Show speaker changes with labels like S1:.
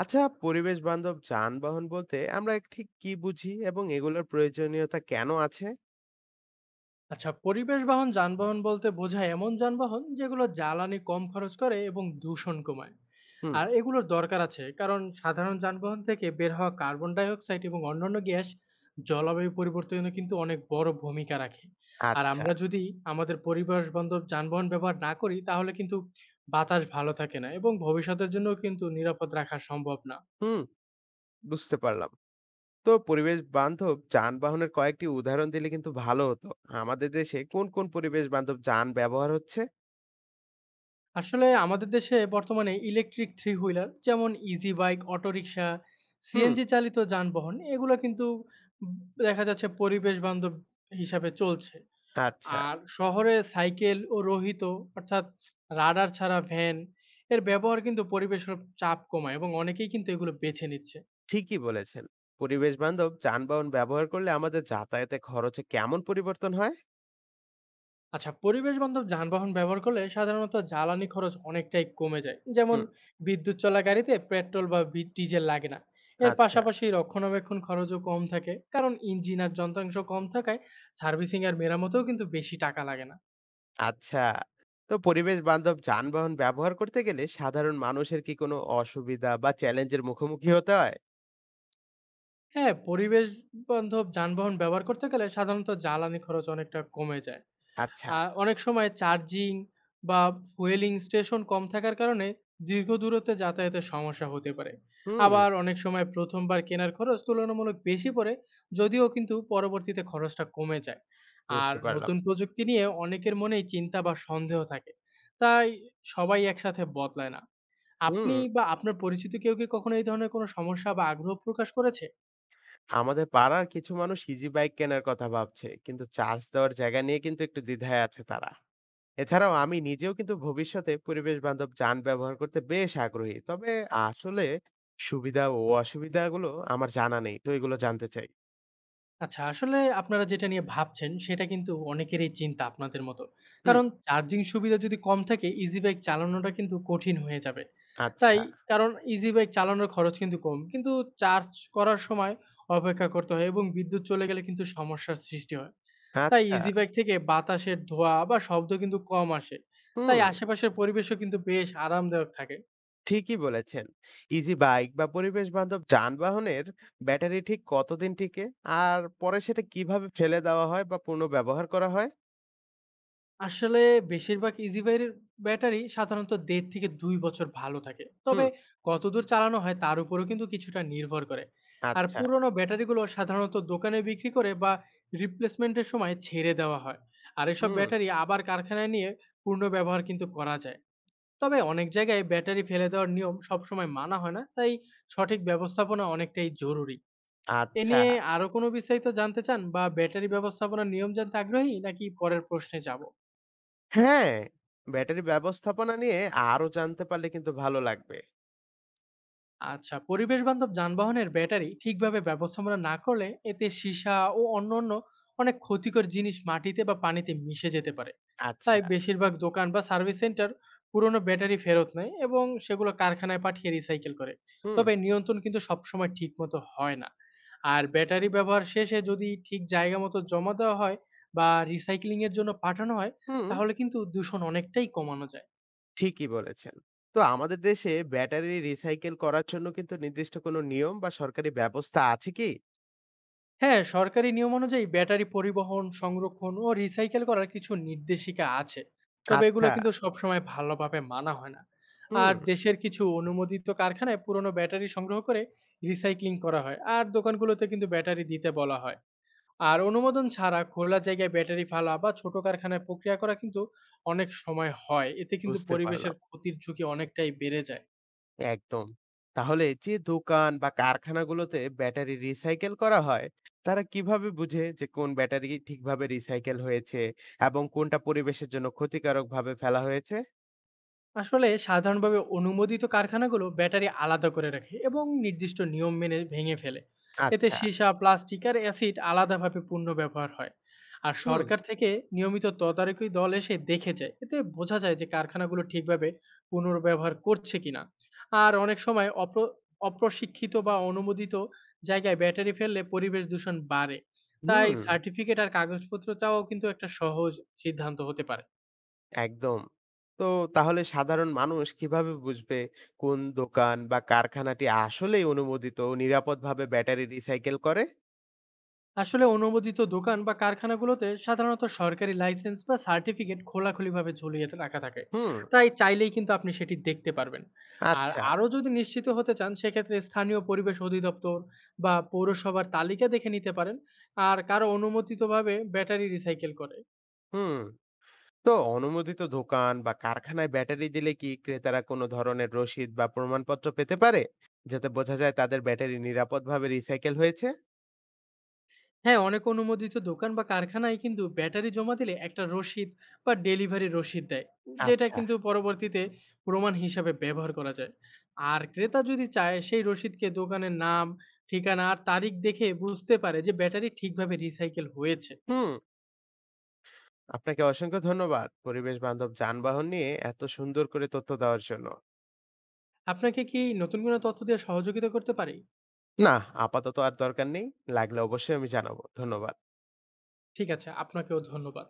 S1: আচ্ছা, পরিবেশ বান্ধব যানবাহন বলতে আমরা ঠিক কি বুঝি এবং এগুলোর প্রয়োজনীয়তা কেন আছে?
S2: আচ্ছা পরিবেশ বাহন যানবাহন বলতে বোঝায় এমন যানবাহন যেগুলো জ্বালানি কম খরচ করে এবং দূষণ কমায়।
S1: হুম।
S2: আর এগুলোর দরকার আছে কারণ সাধারণ যানবাহন থেকে বের হওয়া কার্বন ডাই অক্সাইড এবং অন্যান্য গ্যাস জলবায়ু পরিবর্তনে কিন্তু অনেক বড় ভূমিকা রাখে। আর
S1: আচ্ছা।
S2: আমরা যদি আমাদের পরিবেশ বান্ধব যানবাহন ব্যবহার না করি তাহলে কিন্তু বাতাস ভালো থাকে না এবং ভবিষ্যতের জন্য কিন্তু নিরাপদ রাখা সম্ভব না।
S1: হুম, বুঝতে পারলাম। তো পরিবেশ বান্ধব যানবাহনের কয়েকটি উদাহরণ দিলে কিন্তু ভালো হতো। আমাদের দেশে কোন কোন পরিবেশ বান্ধব যান ব্যবহার হচ্ছে?
S2: আসলে আমাদের দেশে বর্তমানে ইলেকট্রিক থ্রি হুইলার যেমন ইজি বাইক, অটোরিকশা,
S1: হুম।
S2: সিএনজি চালিত যানবাহন এগুলো কিন্তু উম দেখা যাচ্ছে পরিবেশ বান্ধব হিসাবে চলছে।
S1: আচ্ছা।
S2: আর শহরে সাইকেল ও রোহিত অর্থাৎ রাডার ছাড়া ভ্যান এর ব্যবহার কিন্তু পরিবেশের চাপ কমায় এবং অনেকেই কিন্তু এগুলো বেছে নিচ্ছে।
S1: ঠিকই বলেছেন। পরিবেশ বান্ধব যানবাহন ব্যবহার করলে আমাদের যাতায়াতে খরচে কেমন পরিবর্তন হয়?
S2: আচ্ছা পরিবেশ বান্ধব যানবাহন ব্যবহার করলে সাধারণত জ্বালানি খরচ অনেকটাই কমে যায়, যেমন
S1: হুম।
S2: বিদ্যুৎ চলা গাড়িতে পেট্রোল বা ডিজেল লাগে না। এর
S1: আচ্ছা।
S2: পাশাপাশি রক্ষণাবেক্ষণ খরচও কম থাকে কারণ ইঞ্জিন আর যন্ত্রাংশ কম থাকায় সার্ভিসিং আর মেরামতেও কিন্তু বেশি টাকা লাগে না।
S1: আচ্ছা। তো পরিবেশ বান্ধব যানবাহন ব্যবহার করতে গেলে সাধারণ মানুষের কি কোনো অসুবিধা বা চ্যালেঞ্জের মুখোমুখি হতে হয়?
S2: হ্যাঁ পরিবেশ বান্ধব যানবাহন ব্যবহার করতে গেলে সাধারণত জ্বালানি খরচ অনেকটা কমে যায়।
S1: আচ্ছা।
S2: আ অনেক সময় চার্জিং বা ফুয়েলিং স্টেশন কম থাকার কারণে দীর্ঘ দূরত্বে যাতায়াতের সমস্যা হতে পারে।
S1: হুম,
S2: আবার অনেক সময় ১ম বার কেনার খরচ তুলনামূলক বেশি পড়ে, যদিও কিন্তু পরবর্তীতে খরচটা কমে যায়। আর
S1: বুঝতে পারলাম।
S2: নতুন প্রযুক্তি নিয়ে অনেকের মনেই চিন্তা বা সন্দেহ থাকে। তাই সবাই একসাথে বদলায় না।
S1: হুম।
S2: আপনি বা আপনার পরিচিত কেউ কি কখনো এই ধরনের কোনো সমস্যা বা আগ্রহ প্রকাশ করেছে?
S1: আমাদের পাড়ার কিছু মানুষ ইজি বাইক কেনার কথা ভাবছে, কিন্তু চার্জ দেওয়ার জায়গা নিয়ে কিন্তু একটু দ্বিধায় আছে তারা। এছাড়াও আমি নিজেও কিন্তু ভবিষ্যতে পরিবেশ বান্ধব যান ব্যবহার করতে বেশ আগ্রহী। তবে আসলে সুবিধা ও অসুবিধাগুলো আমার জানা নেই। তো এগুলো জানতে চাই।
S2: আচ্ছা, আসলে আপনারা যেটা নিয়ে ভাবছেন সেটা কিন্তু অনেকেরই চিন্তা আপনাদের মতো।
S1: হুম।
S2: কারণ চার্জিং সুবিধা যদি কম থাকে ইজি বাইক চালানোটা কিন্তু কঠিন হয়ে যাবে। তাই
S1: আচ্ছা।
S2: কারণ ইজি বাইক চালানোর খরচ কিন্তু কম। কিন্তু চার্জ করার সময় অপেক্ষা করতে হয় এবং বিদ্যুৎ চলে গেলে কিন্তু সমস্যার সৃষ্টি হয়। তাই
S1: আচ্ছা।
S2: ইজি বাইক থেকে বাতাসের ধোঁয়া বা শব্দ কিন্তু কম আসে। তাই
S1: হুম।
S2: আশেপাশের পরিবেশও কিন্তু বেশ আরামদায়ক থাকে।
S1: ঠিকই বলেছেন। ইজি বাইক বা পরিবেশ বান্ধব যানবাহনের ব্যাটারি ঠিক কতদিন টিকে? আর পরে সেটা কিভাবে ফেলে দেওয়া হয় বা পুনঃব্যবহার করা হয়?
S2: আসলে বেশিরভাগ ইজিবাইয়ের ব্যাটারি সাধারণত ১.৫ থেকে ২ বছর ভালো থাকে। তবে
S1: হুম।
S2: কতদূর চালানো হয় তার উপরেও কিন্তু কিছুটা নির্ভর করে। আর
S1: আচ্ছা।
S2: পুরোনো ব্যাটারিগুলো সাধারণত দোকানে বিক্রি করে বা রিপ্লেসমেন্টের সময় ছেড়ে দেওয়া হয়। আর এসব
S1: হুম।
S2: ব্যাটারি আবার কারখানায় নিয়ে পুনর্ব্যবহার কিন্তু করা যায়। তবে অনেক জায়গায় ব্যাটারি ফেলে দেওয়ার নিয়ম সবসময় মানা হয় না, তাই সঠিক ব্যবস্থাপনা অনেকটাই জরুরি। এ
S1: আচ্ছা।
S2: নিয়ে আরো কোনো বিস্তারিত জানতে চান বা ব্যাটারি ব্যবস্থাপনার নিয়ম জানতে আগ্রহী, নাকি পরের প্রশ্নে যাব?
S1: হ্যাঁ, ব্যাটারি ব্যবস্থাপনা নিয়ে আরো জানতে পারলে কিন্তু ভালো লাগবে।
S2: আচ্ছা পরিবেশবান্ধব যানবাহনের ব্যাটারি ঠিকভাবে ব্যবস্থাপনা না করলে এতে সীসা ও অন্যান্য অনেক ক্ষতিকর জিনিস মাটিতে বা পানিতে মিশে যেতে পারে।
S1: আচ্ছা।
S2: তাই বেশিরভাগ দোকান বা সার্ভিস সেন্টার পুরনো ব্যাটারি ফেরত নেয় এবং সেগুলো কারখানায় পাঠিয়ে রিসাইকেল করে।
S1: হুম।
S2: তবে নিয়ন্ত্রণ কিন্তু সবসময় ঠিক মতো হয় না। আর ব্যাটারি ব্যবহার শেষে যদি ঠিক জায়গা মতো জমা দেওয়া হয় বা রিসাইক্লিং এর জন্য পাঠানো হয়
S1: হুম।
S2: তাহলে কিন্তু দূষণ অনেকটাই কমানো যায়।
S1: ঠিকই বলেছেন। তো আমাদের দেশে ব্যাটারি রিসাইকেল করার জন্য কিন্তু নির্দিষ্ট কোনো নিয়ম বা সরকারি ব্যবস্থা আছে কি?
S2: হ্যাঁ, সরকারি নিয়ম অনুযায়ী ব্যাটারি পরিবহন, সংরক্ষণ ও রিসাইকেল করার কিছু নির্দেশিকা আছে। তবে এগুলো
S1: আচ্ছা।
S2: কিন্তু সবসময় ভালোভাবে মানা হয় না।
S1: হুম,
S2: আর দেশের কিছু অনুমোদিত কারখানায় পুরনো ব্যাটারি সংগ্রহ করে রিসাইক্লিং করা হয়। আর দোকানগুলোতে কিন্তু ব্যাটারি দিতে বলা হয়। আর অনুমোদন ছাড়া খোলা জায়গায় ব্যাটারি ফালা বা ছোট কারখানায় প্রক্রিয়া করা কিন্তু অনেক সময় হয়। এতে কিন্তু
S1: বুঝতে পারলাম।
S2: পরিবেশের ক্ষতির ঝুঁকি অনেকটাই বেড়ে যায়।
S1: একদম। তাহলে যে দোকান বা কারখানাগুলোতে ব্যাটারি রিসাইকেল করা হয়, তারা কিভাবে বুঝে যে কোন ব্যাটারি ঠিকভাবে রিসাইকেল হয়েছে এবং কোনটা পরিবেশের জন্য ক্ষতিকারকভাবে ফেলা হয়েছে?
S2: আসলে সাধারণভাবে অনুমোদিত কারখানাগুলো ব্যাটারি আলাদা করে রাখে এবং নির্দিষ্ট নিয়ম মেনে ভেঙে ফেলে। এতে
S1: আচ্ছা।
S2: সীসা, প্লাস্টিক আর অ্যাসিড আলাদাভাবে পুনর্ব্যবহার হয়। আর
S1: হুম।
S2: সরকার থেকে নিয়মিত তদারকি দল এসে দেখে যায়, এতে বোঝা যায় যে কারখানাগুলো ঠিকভাবে পুনর্ব্যবহার করছে কিনা। আর অনেক সময় অপ্রশিক্ষিত বা অনুমোদিত জায়গায় ব্যাটারি ফেললে পরিবেশ দূষণ বাড়ে। তাই
S1: হুম।
S2: সার্টিফিকেট আর কাগজপত্রটাও কিন্তু একটা সহজ সিদ্ধান্ত হতে পারে।
S1: একদম। তো তাহলে সাধারণ মানুষ কিভাবে বুঝবে কোন দোকান বা কারখানাটি আসলেই অনুমোদিত ও নিরাপদভাবে ব্যাটারি রিসাইকেল করে?
S2: আসলে অনুমোদিত দোকান বা কারখানাগুলোতে সাধারণত সরকারি লাইসেন্স বা সার্টিফিকেট খোলাখুলিভাবে ঝুলিয়ে রাখা থাকে।
S1: হুম।
S2: তাই চাইলেই কিন্তু আপনি সেটি দেখতে পারবেন। আর
S1: আচ্ছা।
S2: আরও যদি নিশ্চিত হতে চান সেক্ষেত্রে স্থানীয় পরিবেশ অধিদপ্তর বা পৌরসভার তালিকা দেখে নিতে পারেন আর কারো অনুমোদিতভাবে ব্যাটারি রিসাইকেল করে।
S1: হুম। তো অনুমোদিত দোকান বা কারখানায় ব্যাটারি দিলে কি ক্রেতারা কোনো ধরনের রসিদ বা প্রমাণপত্র পেতে পারে, যাতে বোঝা যায় তাদের ব্যাটারি নিরাপদভাবে রিসাইকেল হয়েছে?
S2: হ্যাঁ, অনেক অনুমোদিত দোকান বা কারখানায় কিন্তু ব্যাটারি জমা দিলে একটা রসিদ বা ডেলিভারি রসিদ দেয়। যেটা
S1: আচ্ছা।
S2: কিন্তু পরবর্তীতে প্রমাণ হিসাবে ব্যবহার করা যায়। আর ক্রেতা যদি চায় সেই রসিদকে দোকানের নাম, ঠিকানা আর তারিখ দেখে বুঝতে পারে যে ব্যাটারি ঠিকভাবে রিসাইকেল হয়েছে।
S1: হুম। আপনাকে অসংখ্য ধন্যবাদ পরিবেশ বান্ধব যানবাহন নিয়ে এত সুন্দর করে তথ্য দেওয়ার জন্য।
S2: আপনাকে কি নতুন কোনো তথ্য দিয়ে সহযোগিতা করতে পারি?
S1: না, আপাতত আর দরকার নেই। লাগলে অবশ্যই আমি জানাবো। ধন্যবাদ।
S2: ঠিক আছে, আপনাকেও ধন্যবাদ।